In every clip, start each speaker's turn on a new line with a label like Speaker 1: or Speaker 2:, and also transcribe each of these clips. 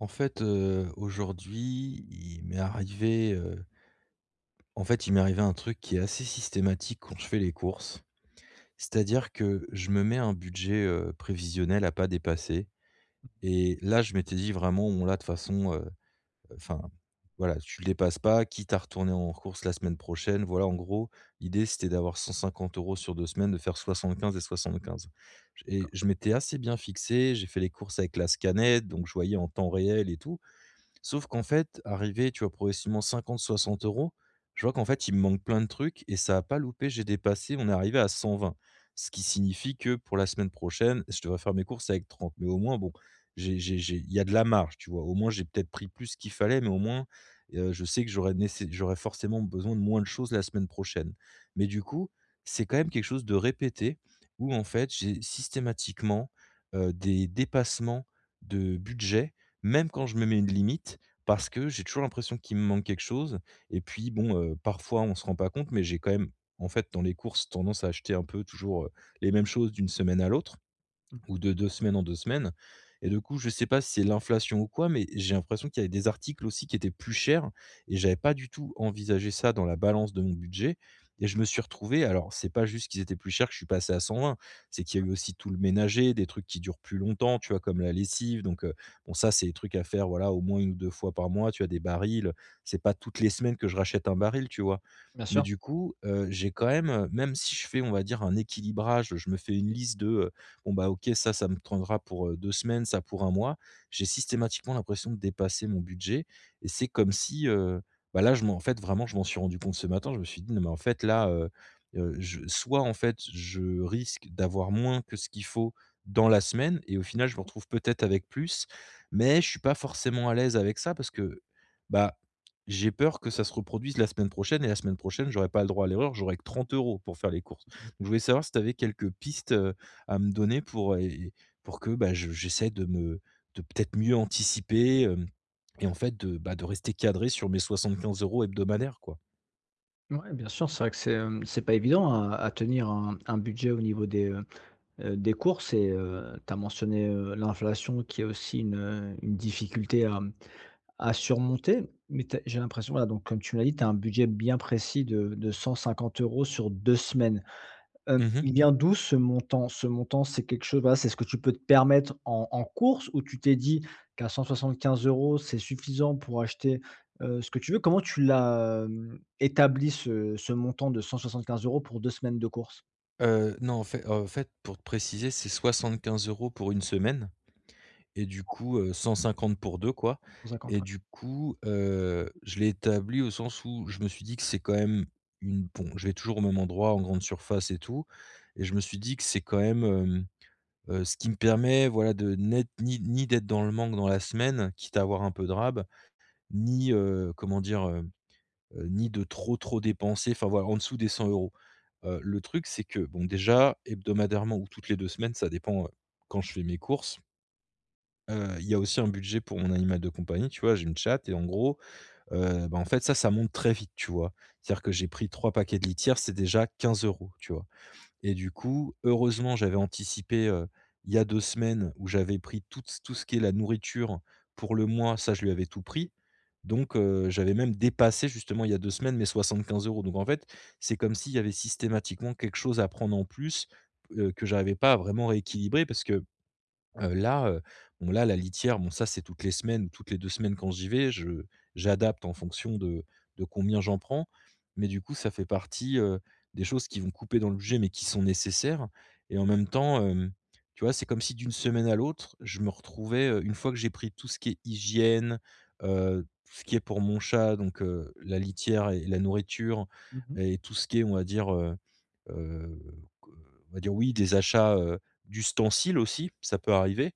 Speaker 1: En fait, aujourd'hui, il m'est arrivé un truc qui est assez systématique quand je fais les courses. C'est-à-dire que je me mets un budget, prévisionnel à pas dépasser.
Speaker 2: Mmh.
Speaker 1: Et là, je m'étais dit vraiment: «Bon là, de toute façon, enfin, voilà, tu le dépasses pas, quitte à retourner en course la semaine prochaine». Voilà, en gros, l'idée, c'était d'avoir 150 euros sur 2 semaines, de faire 75 et 75. Et
Speaker 2: D'accord.
Speaker 1: je m'étais assez bien fixé. J'ai fait les courses avec la Scannet, donc je voyais en temps réel et tout. Sauf qu'en fait, arrivé, tu vois, progressivement 50, 60 euros, je vois qu'en fait, il me manque plein de trucs et ça a pas loupé, j'ai dépassé, on est arrivé à 120. Ce qui signifie que pour la semaine prochaine, je devrais faire mes courses avec 30. Mais au moins, bon, j'ai il y a de la marge, tu vois? Au moins, j'ai peut-être pris plus qu'il fallait, mais au moins, je sais que j'aurais forcément besoin de moins de choses la semaine prochaine. Mais du coup, c'est quand même quelque chose de répété où en fait, j'ai systématiquement, des dépassements de budget même quand je me mets une limite, parce que j'ai toujours l'impression qu'il me manque quelque chose. Et puis bon, parfois on se rend pas compte, mais j'ai quand même, en fait, dans les courses, tendance à acheter un peu toujours, les mêmes choses d'une semaine à l'autre
Speaker 2: Mmh.
Speaker 1: ou de 2 semaines en 2 semaines. Et du coup, je sais pas si c'est l'inflation ou quoi, mais j'ai l'impression qu'il y avait des articles aussi qui étaient plus chers et j'avais pas du tout envisagé ça dans la balance de mon budget. Et je me suis retrouvé, alors c'est pas juste qu'ils étaient plus chers que je suis passé à 120, c'est qu'il y a eu aussi tout le ménager, des trucs qui durent plus longtemps, tu vois? Comme la lessive, donc bon ça, c'est des trucs à faire, voilà, au moins une ou 2 fois par mois. Tu as des barils, c'est pas toutes les semaines que je rachète un baril, tu vois?
Speaker 2: Bien
Speaker 1: Mais
Speaker 2: sûr.
Speaker 1: du coup, j'ai quand même, même si je fais, on va dire, un équilibrage, je me fais une liste de, bon bah OK, ça me prendra pour, 2 semaines, ça pour un mois. J'ai systématiquement l'impression de dépasser mon budget et c'est comme si, bah là, je m'en en fait, vraiment, je m'en suis rendu compte ce matin. Je me suis dit: «Non, mais en fait, là, je soit en fait, je risque d'avoir moins que ce qu'il faut dans la semaine et au final, je me retrouve peut-être avec plus, mais je suis pas forcément à l'aise avec ça parce que, bah, j'ai peur que ça se reproduise la semaine prochaine et la semaine prochaine, j'aurai pas le droit à l'erreur, j'aurai que 30 € pour faire les courses».
Speaker 2: Mmh.
Speaker 1: Donc je voulais savoir si tu avais quelques pistes à me donner, pour que, bah, je j'essaie de peut-être mieux anticiper, hem et en fait de, bah, de rester cadré sur mes 75 euros hebdomadaires, quoi.
Speaker 2: Ouais, bien sûr, c'est vrai que c'est pas évident à tenir un budget au niveau des courses, et tu as mentionné, l'inflation qui est aussi une difficulté à surmonter. Mais tu j'ai l'impression, voilà, donc comme tu me l'as dit, tu as un budget bien précis de 150 € sur 2 semaines.
Speaker 1: Mmh mh.
Speaker 2: Il vient d'où, ce montant? Ce montant, c'est quelque chose, voilà, c'est ce que tu peux te permettre en courses, ou tu t'es dit qu'à 175 euros, c'est suffisant pour acheter, ce que tu veux? Comment tu l'as, établi ce montant de 175 euros pour 2 semaines de courses?
Speaker 1: Non, en fait, pour te préciser, c'est 75 euros pour une semaine et du coup, 150 pour deux, quoi.
Speaker 2: 150,
Speaker 1: Et
Speaker 2: ouais.
Speaker 1: du coup, je l'ai établi au sens où je me suis dit que c'est quand même une bon, je vais toujours au même endroit, en grande surface et tout. Et je me suis dit que c'est quand même, ce qui me permet, voilà, de n'être ni d'être dans le manque dans la semaine, quitte à avoir un peu de rab, ni, comment dire? Ni de trop, trop dépenser, enfin, voilà, en dessous des 100 euros. Le truc, c'est que, bon, déjà, hebdomadairement ou toutes les 2 semaines, ça dépend, quand je fais mes courses, il y a aussi un budget pour mon animal de compagnie, tu vois? J'ai une chatte et en gros, bah, en fait, ça monte très vite, tu vois? C'est-à-dire que j'ai pris 3 paquets de litière, c'est déjà 15 euros, tu vois? Et du coup, heureusement, j'avais anticipé, il y a 2 semaines où j'avais pris tout ce qui est la nourriture pour le mois, ça je lui avais tout pris. Donc, j'avais même dépassé justement il y a 2 semaines mes 75 euros. Donc en fait, c'est comme s'il y avait systématiquement quelque chose à prendre en plus, que j'arrivais pas à vraiment rééquilibrer parce que... là, bon là, la litière, bon ça, c'est toutes les semaines, toutes les 2 semaines quand j'y vais, je j'adapte en fonction de combien j'en prends. Mais du coup, ça fait partie, des choses qui vont couper dans le budget, mais qui sont nécessaires. Et en même temps, tu vois, c'est comme si d'une semaine à l'autre, je me retrouvais, une fois que j'ai pris tout ce qui est hygiène, tout ce qui est pour mon chat, donc la litière et la nourriture
Speaker 2: Mmh.
Speaker 1: et tout ce qui est, Heu, on va dire oui, des achats, d'ustensiles aussi, ça peut arriver.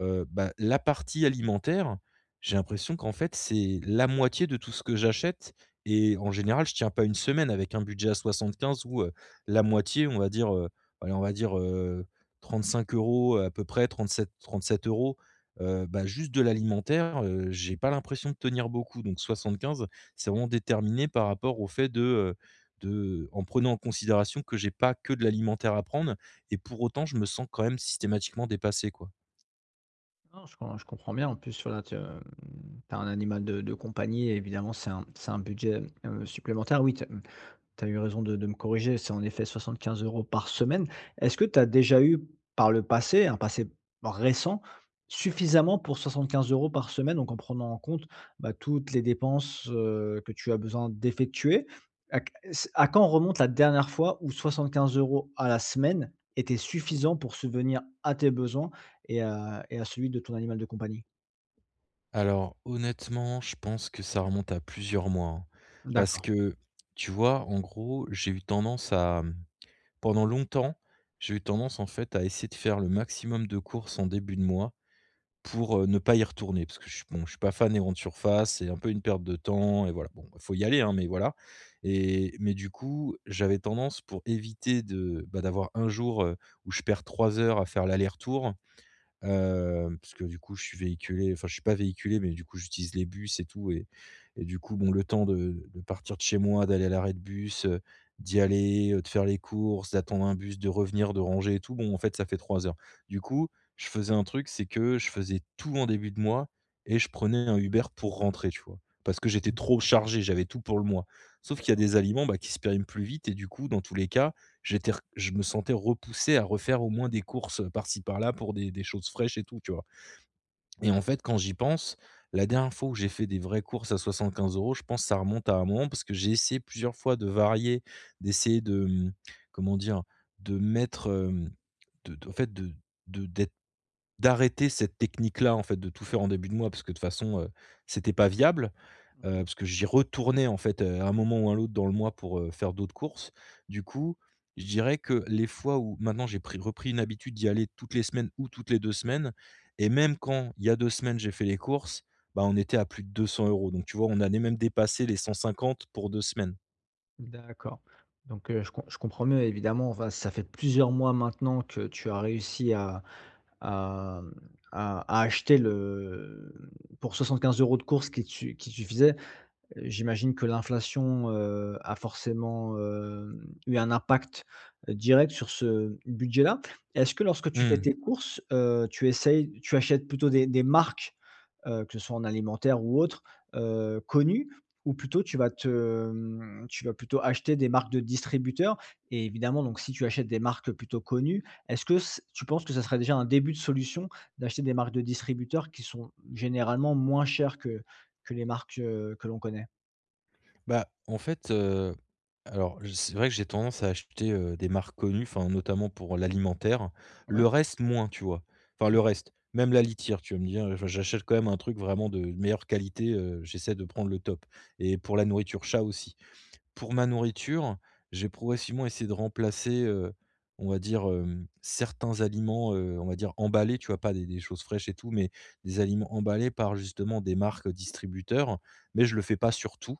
Speaker 1: La partie alimentaire, j'ai l'impression qu'en fait, c'est la moitié de tout ce que j'achète et en général, je tiens pas une semaine avec un budget à 75 ou, la moitié, on va dire, allez, on va dire, 35 euros à peu près, 37-37 euros. Juste de l'alimentaire, j'ai pas l'impression de tenir beaucoup, donc 75, c'est vraiment déterminé par rapport au fait de, en prenant en considération que j'ai pas que de l'alimentaire à prendre. Et pour autant, je me sens quand même systématiquement dépassé, quoi.
Speaker 2: Non, je comprends bien. En plus, voilà, tu, as un animal de compagnie, et évidemment, c'est un budget, supplémentaire. Oui. Tu as eu raison de me corriger, c'est en effet 75 euros par semaine. Est-ce que tu as déjà eu, par le passé, un passé récent, suffisamment pour 75 euros par semaine, donc en prenant en compte, bah, toutes les dépenses, que tu as besoin d'effectuer? À quand remonte la dernière fois où 75 euros à la semaine était suffisant pour subvenir à tes besoins, et à celui de ton animal de compagnie?
Speaker 1: Alors honnêtement, je pense que ça remonte à plusieurs mois, hein, parce
Speaker 2: D'accord.
Speaker 1: que tu vois, en gros, j'ai eu tendance à, pendant longtemps, j'ai eu tendance en fait à essayer de faire le maximum de courses en début de mois, pour, ne pas y retourner parce que je suis bon, je suis pas fan des grandes surfaces, c'est un peu une perte de temps et voilà. Bon, bah, faut y aller, hein, mais voilà. Mais du coup, j'avais tendance, pour éviter de, bah, d'avoir un jour, où je perds 3 heures à faire l'aller-retour. Parce que du coup, je suis véhiculé, enfin, je suis pas véhiculé, mais du coup, j'utilise les bus et tout. Et du coup, bon, le temps de partir de chez moi, d'aller à l'arrêt de bus, d'y aller, de faire les courses, d'attendre un bus, de revenir, de ranger et tout, bon, en fait, ça fait 3 heures. Du coup, je faisais un truc, c'est que je faisais tout en début de mois et je prenais un Uber pour rentrer, tu vois? Parce que j'étais
Speaker 2: Mmh.
Speaker 1: trop chargé, j'avais tout pour le mois. Sauf qu'il y a
Speaker 2: D'accord.
Speaker 1: des aliments, bah, qui se périment plus vite et du coup, dans tous les cas, j'étais r je me sentais repoussé à refaire au moins des courses, par-ci par-là pour des choses fraîches et tout, tu vois? Et en fait, quand j'y pense, la dernière fois où j'ai fait des vraies courses à 75 euros, je pense que ça remonte à un moment parce que j'ai essayé plusieurs fois de varier, d'essayer de, comment dire? De mettre, de en fait, de d'être d'arrêter cette technique-là, en fait, de tout faire en début de mois parce que de toute façon, c'était pas viable.
Speaker 2: Mmh.
Speaker 1: Parce que j'y retournais, en fait, à un moment ou à un autre dans le mois pour, faire d'autres courses. Du coup, je dirais que les fois où maintenant j'ai pris repris une habitude d'y aller toutes les semaines ou toutes les 2 semaines, et même quand il y a 2 semaines j'ai fait les courses, bah, on était à plus de 200 euros. Donc tu vois, on allait même dépasser les 150 pour 2 semaines.
Speaker 2: D'accord. Donc, je comprends mieux évidemment. Enfin, ça fait plusieurs mois maintenant que tu as réussi à, mmh, à à acheter le pour 75 € de courses qui te suffisaient. J'imagine que l'inflation, a forcément, eu un impact, direct sur ce budget-là. Est-ce que, lorsque tu fais
Speaker 1: Mmh.
Speaker 2: tes courses, tu achètes plutôt des marques, que ce soit en alimentaire ou autre, connues, ou plutôt tu vas plutôt acheter des marques de distributeurs, et évidemment, donc, si tu achètes des marques plutôt connues, est-ce que c tu penses que ça serait déjà un début de solution d'acheter des marques de distributeurs, qui sont généralement moins chères que les marques, que l'on connaît?
Speaker 1: Bah, en fait, alors j c'est vrai que j'ai tendance à acheter, des marques connues, enfin, notamment pour l'alimentaire.
Speaker 2: Ouais,
Speaker 1: Le reste, moins, tu vois? Enfin, le reste, même la litière, tu vas me dire, enfin, j'achète quand même un truc vraiment de meilleure qualité, j'essaie de prendre le top, et pour la nourriture chat aussi. Pour ma nourriture, j'ai progressivement essayé de remplacer, on va dire, certains aliments, on va dire emballés, tu vois? Pas des choses fraîches et tout, mais des aliments emballés par justement des marques distributeurs, mais je le fais pas sur tout.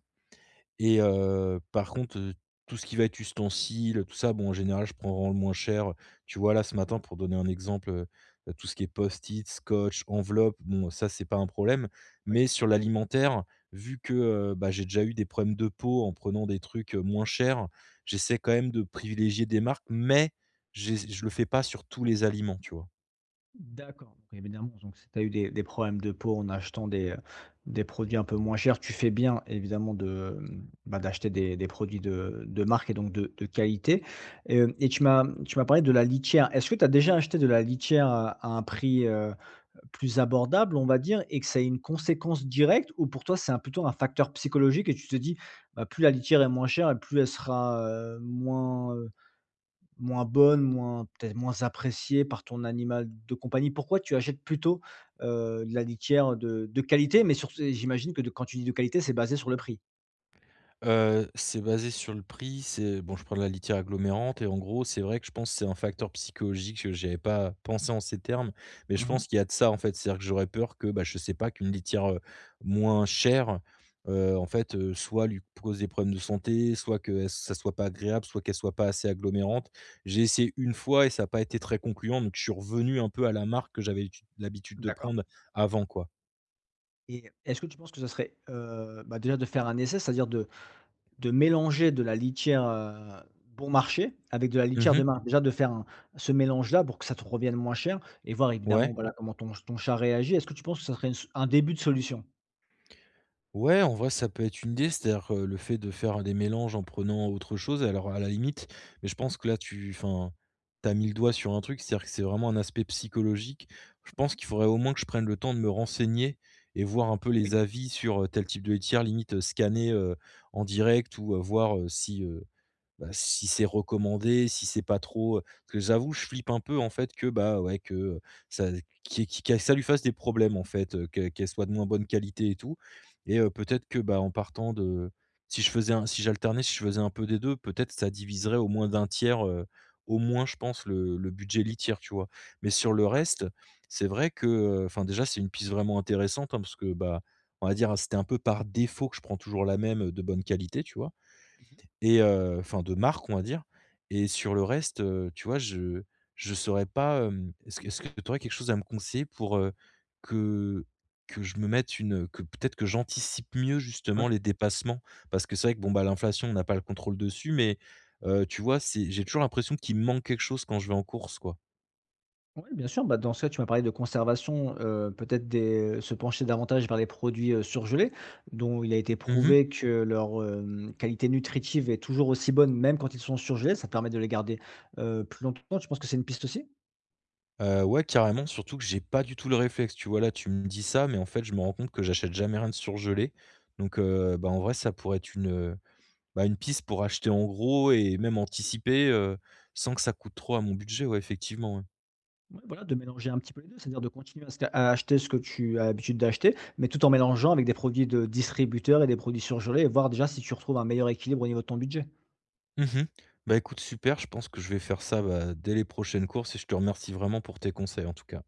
Speaker 1: Par contre, tout ce qui va être ustensile, tout ça, bon, en général, je prends vraiment le moins cher. Tu vois, là, ce matin, pour donner un exemple, bah, tout ce qui est post-it, scotch, enveloppe, bon, ça, c'est pas un problème.
Speaker 2: ouais.
Speaker 1: Mais sur l'alimentaire, vu que, bah, j'ai déjà eu des problèmes de peau en prenant des trucs, moins chers, j'essaie quand même de privilégier des marques, mais j'ess je le fais pas sur tous les aliments, tu vois?
Speaker 2: D'accord, donc, évidemment, donc si tu as eu des problèmes de peau en achetant des produits un peu moins chers, tu fais bien évidemment, bah, d'acheter des produits de marque, et donc de qualité. Hem et tu m'as parlé de la litière. Est-ce que tu as déjà acheté de la litière à un prix, plus abordable, on va dire, et que ça ait une conséquence directe, ou, pour toi, c'est un plutôt un facteur psychologique et tu te dis: «Bah, plus la litière est moins chère, et plus elle sera, moins bonne, moins peut-être moins appréciée par ton animal de compagnie. Pourquoi tu achètes plutôt, de la litière de qualité? Mais surtout, j'imagine que, de quand tu dis de qualité, c'est basé sur le prix?
Speaker 1: C'est basé sur le prix, c'est bon, je prends de la litière agglomérante et en gros, c'est vrai que je pense que c'est un facteur psychologique que j'avais pas pensé en ces termes, mais je
Speaker 2: Mmh.
Speaker 1: pense qu'il y a de ça, en fait. C'est-à-dire que j'aurais peur que, bah, je sais pas, qu'une litière, moins chère, en fait, soit lui pose des problèmes de santé, soit que elle ça soit pas agréable, soit qu'elle soit pas assez agglomérante. J'ai essayé une fois et ça n'a pas été très concluant, donc je suis revenu un peu à la marque que j'avais l'habitude de
Speaker 2: D'accord.
Speaker 1: prendre avant, quoi.
Speaker 2: Et est-ce que tu penses que ça serait, bah, déjà de faire un essai, c'est-à-dire de mélanger de la litière, bon marché, avec de la litière
Speaker 1: Mmh.
Speaker 2: de marque? Déjà de faire un ce mélange-là, pour que ça te revienne moins cher et voir,
Speaker 1: Ouais.
Speaker 2: évidemment, voilà, comment ton chat réagit. Est-ce que tu penses que ça serait une s un début de solution?
Speaker 1: Ouais, en vrai, ça peut être une idée, c'est-à-dire que le fait de faire des mélanges en prenant autre chose, alors à la limite, mais je pense que là, tu, enfin, tu as mis le doigt sur un truc, c'est-à-dire que c'est vraiment un aspect psychologique. Je pense qu'il faudrait au moins que je prenne le temps de me renseigner et voir un peu les
Speaker 2: Oui.
Speaker 1: avis sur tel type de laitière, limite scanner en direct ou voir si, bah, si c'est recommandé, si c'est pas trop, parce que j'avoue, je flippe un peu en fait que, bah, ouais, que, ça qui que ça lui fasse des problèmes en fait, que qu'elle soit de moins bonne qualité et tout et peut-être que, bah, en partant de si j'alternais, si je faisais un peu des 2, peut-être ça diviserait au moins d'un tiers, au moins je pense le budget litière, tu vois? Mais sur le reste, c'est vrai que, enfin déjà c'est une piste vraiment intéressante, hein, parce que, bah, on va dire, c'était un peu par défaut que je prends toujours la même, de bonne qualité, tu vois? Et enfin de marque on va dire et sur le reste, tu vois, je saurais pas, est-ce que tu aurais quelque chose à me conseiller pour, que que je me mette une, que peut-être que j'anticipe mieux
Speaker 2: Oui.
Speaker 1: justement les dépassements? Parce que c'est vrai que bon, bah, l'inflation on n'a pas le contrôle dessus mais tu vois, c'est j'ai toujours l'impression qu'il me manque quelque chose quand je vais en course quoi.
Speaker 2: Oui, bien sûr. Bah, dans ce cas, tu m'as parlé de conservation, peut-être des se pencher davantage vers les produits, surgelés, dont il a été
Speaker 1: Mmh mh.
Speaker 2: prouvé que leur, qualité nutritive est toujours aussi bonne, même quand ils sont surgelés. Ça te permet de les garder, plus longtemps. Tu penses que c'est une piste aussi?
Speaker 1: Ouais carrément, surtout que j'ai pas du tout le réflexe, tu vois? Là, tu me dis ça mais en fait, je me rends compte que j'achète jamais rien de surgelé donc bah, en vrai, ça pourrait être une, bah, une piste pour acheter en gros et même anticiper, sans que ça coûte trop à mon budget, ouais, effectivement, ouais.
Speaker 2: Ouais, voilà, de mélanger un petit peu les 2, c'est-à-dire de continuer à acheter ce que tu as l'habitude d'acheter, mais tout en mélangeant avec des produits de distributeurs et des produits surgelés, et voir déjà si tu retrouves un meilleur équilibre au niveau de ton budget.
Speaker 1: Mmh mh. Bah, écoute, super, je pense que je vais faire ça, bah, dès les prochaines courses et je te remercie vraiment pour tes conseils, en tout cas.